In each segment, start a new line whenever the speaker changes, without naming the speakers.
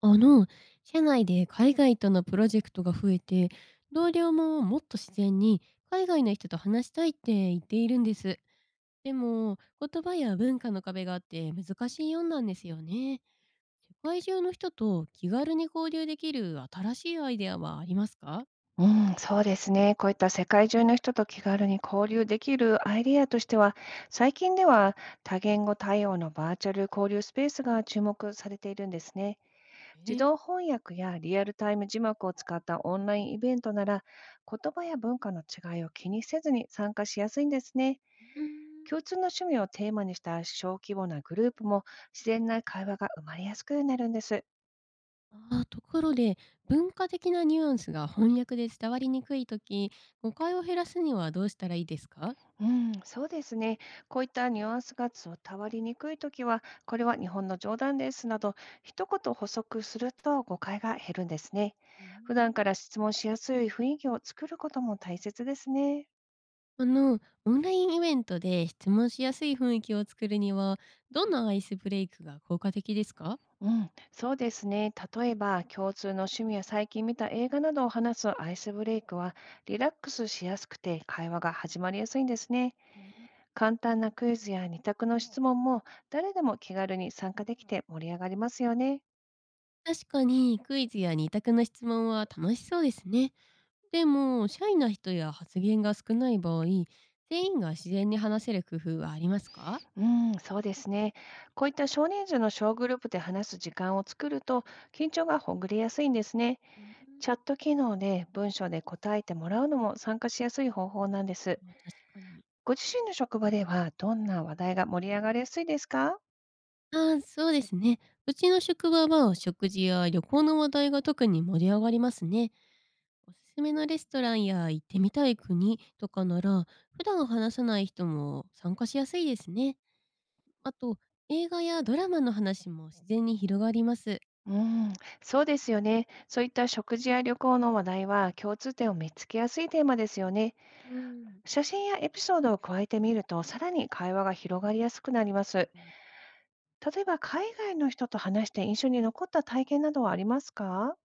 あの、社内で海外とのプロジェクトが増えて、同僚ももっと自然に海外の人と話したいって言っているんです。でも、言葉や文化の壁があって難しいようなんですよね。世界中の人と気軽に交流できる新しいアイデアはありますか？
うん、そうですね。こういった世界中の人と気軽に交流できるアイデアとしては、最近では多言語対応のバーチャル交流スペースが注目されているんですね。
え
自
ー、
動翻訳やリアルタイム字幕を使ったオンラインイベントなら、言葉や文化の違いを気にせずに参加しやすいんですね。
うーん。
共通の趣味をテーマにした小規模なグループも自然な会話が生まれやすくなるんです。
ところで、文化的なニュアンスが翻訳で伝わりにくいとき、誤解を減らすにはどうしたらいいですか？
うん、そうですね。こういったニュアンスが伝わりにくいときは、これは日本の冗談ですなど、一言補足すると誤解が減るんですね。
うー
普段か
ん。
ら質問しやすい雰囲気を作ることも大切ですね。
オンラインイベントで質問しやすい雰囲気を作るには、どんなアイスブレイクが効果的ですか？
うん、そうですね。例えば、共通の趣味や最近見た映画などを話すアイスブレイクは、リラックスしやすくて会話が始まりやすいんですね。
えー
簡単なクイズや二択の質問も、誰でも気軽に参加できて盛り上がりますよね。
確かにクイズや二択の質問は楽しそうですね。でも、シャイな人や発言が少ない場合、全員が自然に話せる工夫はありますか？
うん、そうですね。こういった少人数の小グループで話す時間を作ると、緊張がほぐれやすいんですね。
うん。
チャット機能で文章で答えてもらうのも参加しやすい方法なんです。
まあ確かに。
ご自身の職場ではどんな話題が盛り上がりやすいですか？
ああ、そうですね。うちの職場は食事や旅行の話題が特に盛り上がりますね。おすすめのレストランや行ってみたい国とかなら、普段話さない人も参加しやすいですね。あと、映画やドラマの話も自然に広がります。
うん、そうですよね。そういった食事や旅行の話題は共通点を見つけやすいテーマですよね。
うん。
写真やエピソードを加えてみると、さらに会話が広がりやすくなります。例えば海外の人と話して印象に残った体験などはありますか？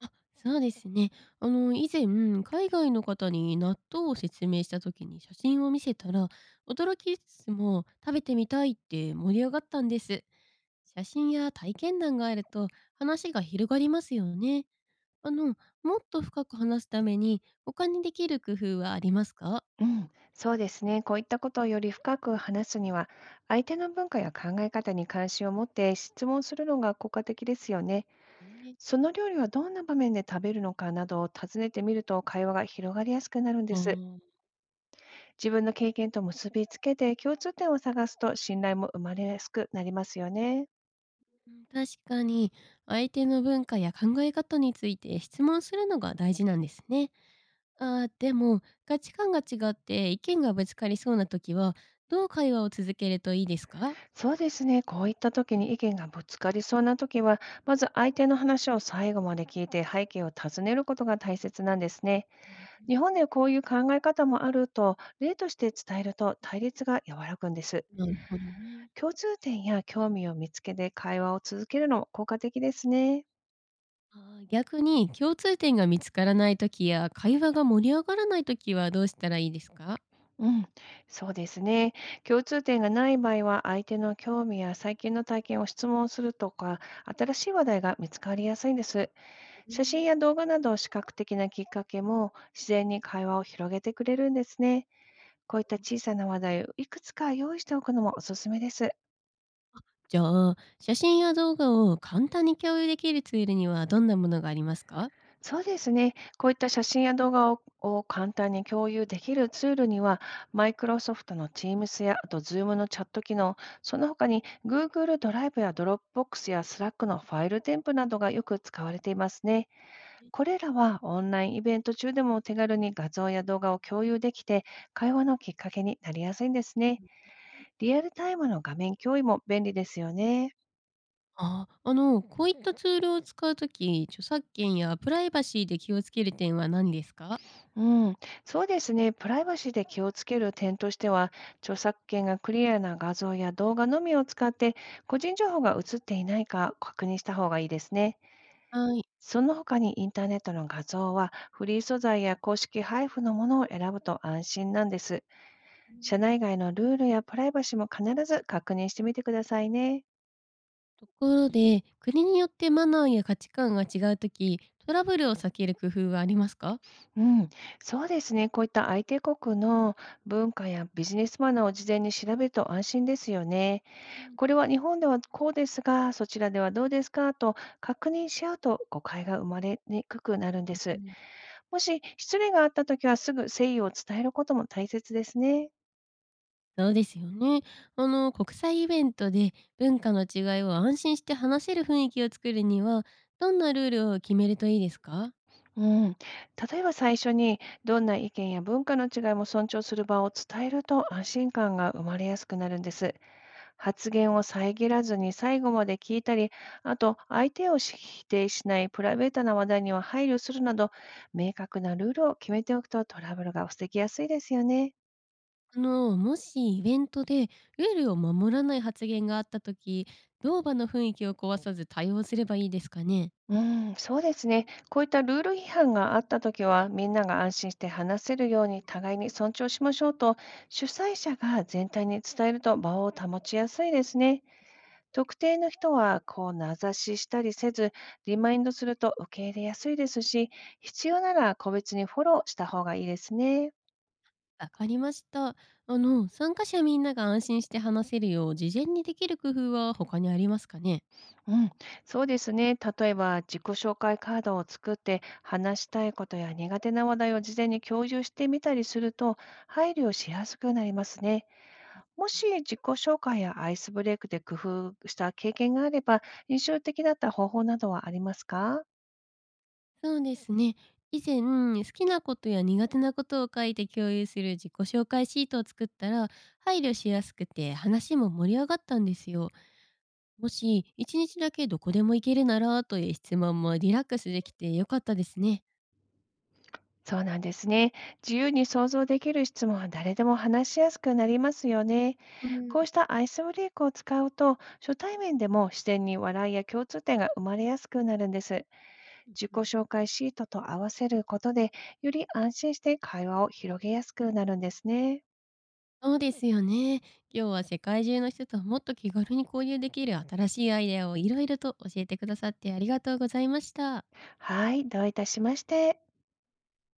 あ、そうですね。以前、海外の方に納豆を説明した時に写真を見せたら、驚きつつも食べてみたいって盛り上がったんです。写真や体験談があると話が広がりますよね。あの、もっと深く話すために、他にできる工夫はありますか？
うん、そうですね。こういったことをより深く話すには、相手の文化や考え方に関心を持って質問するのが効果的ですよね。
ええ、
その料理はどんな場面で食べるのかなどを尋ねてみると、会話が広がりやすくなるんで
あ
す。
あ。
自分の経験と結びつけて共通点を探すと信頼も生まれやすくなりますよね。
うん、確かに、相手の文化や考え方について質問するのが大事なんですね。ああ、でも、価値観が違って意見がぶつかりそうな時は、どう会話を続けるといいですか？
そうですね。こういった時に意見がぶつかりそうな時は、まず相手の話を最後まで聞いて背景を尋ねることが大切なんですね。日本でこういう考え方もあると、例として伝えると対立が和らぐんです。
なるほどね。
共通点や興味を見つけて会話を続けるのも効果的ですね。
ああ、逆に共通点が見つからない時や、会話が盛り上がらない時はどうしたらいいですか？
うん、そうですね。共通点がない場合は、相手の興味や最近の体験を質問するとか、新しい話題が見つかりやすいんです。
う
写真
ん。
や動画など視覚的なきっかけも自然に会話を広げてくれるんですね。こういった小さな話題をいくつか用意しておくのもおすすめです。
じゃあ、写真や動画を簡単に共有できるツールにはどんなものがありますか？
そうですね。こういった写真や動画を簡単に共有できるツールには、マイクロソフトの Teams や、あと Zoom のチャット機能、その他に Google ドライブや Dropbox や Slack のファイル添付などがよく使われていますね。これらはオンラインイベント中でも手軽に画像や動画を共有できて、会話のきっかけになりやすいんですね。リアルタイムの画面共有も便利ですよね。
あ、こういったツールを使うとき、著作権やプライバシーで気をつける点は何ですか？
うん、そうですね。プライバシーで気をつける点としては、著作権がクリアな画像や動画のみを使って、個人情報が映っていないか確認した方がいいですね。
はい。
その他に、インターネットの画像はフリー素材や公式配布のものを選ぶと安心なんです。
う
社
ん。
内外のルールやプライバシーも必ず確認してみてくださいね。
ところで、国によってマナーや価値観が違うとき、トラブルを避ける工夫はありますか？
うん、そうですね。こういった相手国の文化やビジネスマナーを事前に調べると安心ですよね。
うん。
これは日本ではこうですが、そちらではどうですかと確認し合うと、誤解が生まれにくくなるん
あ
です。
の
もし失礼があったときは、すぐ誠意を伝えることも大切ですね。
そうですよね。国際イベントで文化の違いを安心して話せる雰囲気を作るには、どんなルールを決めるといいですか？
うん、例えば最初に、どんな意見や文化の違いも尊重する場を伝えると、安心感が生まれやすくなるんです。発言を遮らずに最後まで聞いたり、あと相手を否定しない、プライベートな話題には配慮するなど、明確なルールを決めておくとトラブルが防ぎやすいですよね。
もしイベントでルールを守らない発言があった時、どう場の雰囲気を壊さず対応すればいいですかね。
うん、そうですね。こういったルール違反があったときは、みんなが安心して話せるように互いに尊重しましょうと、主催者が全体に伝えると場を保ちやすいですね。特定の人はこう名指ししたりせず、リマインドすると受け入れやすいですし、必要なら個別にフォローした方がいいですね。
わかりました。参加者みんなが安心して話せるよう事前にできる工夫は他にありますかね。
うん、そうですね。例えば自己紹介カードを作って、話したいことや苦手な話題を事前に共有してみたりすると、配慮しやすくなりますね。もし自己紹介やアイスブレイクで工夫した経験があれば、印象的だった方法などはありますか？
そうですね。以前、好きなことや苦手なことを書いて共有する自己紹介シートを作ったら、配慮しやすくて話も盛り上がったんですよ。もし、一日だけどこでも行けるならという質問もリラックスできてよかったですね。
そうなんですね。自由に想像できる質問は誰でも話しやすくなりますよね。
うん。
こうしたアイスブレイクを使うと、初対面でも自然に笑いや共通点が生まれやすくなるんです。
う
自己
ん。
紹介シートと合わせることで、より安心して会話を広げやすくなるんですね。
そうですよね。今日は世界中の人ともっと気軽に交流できる新しいアイデアをいろいろと教えてくださってありがとうございました。
はい、どういたしまして。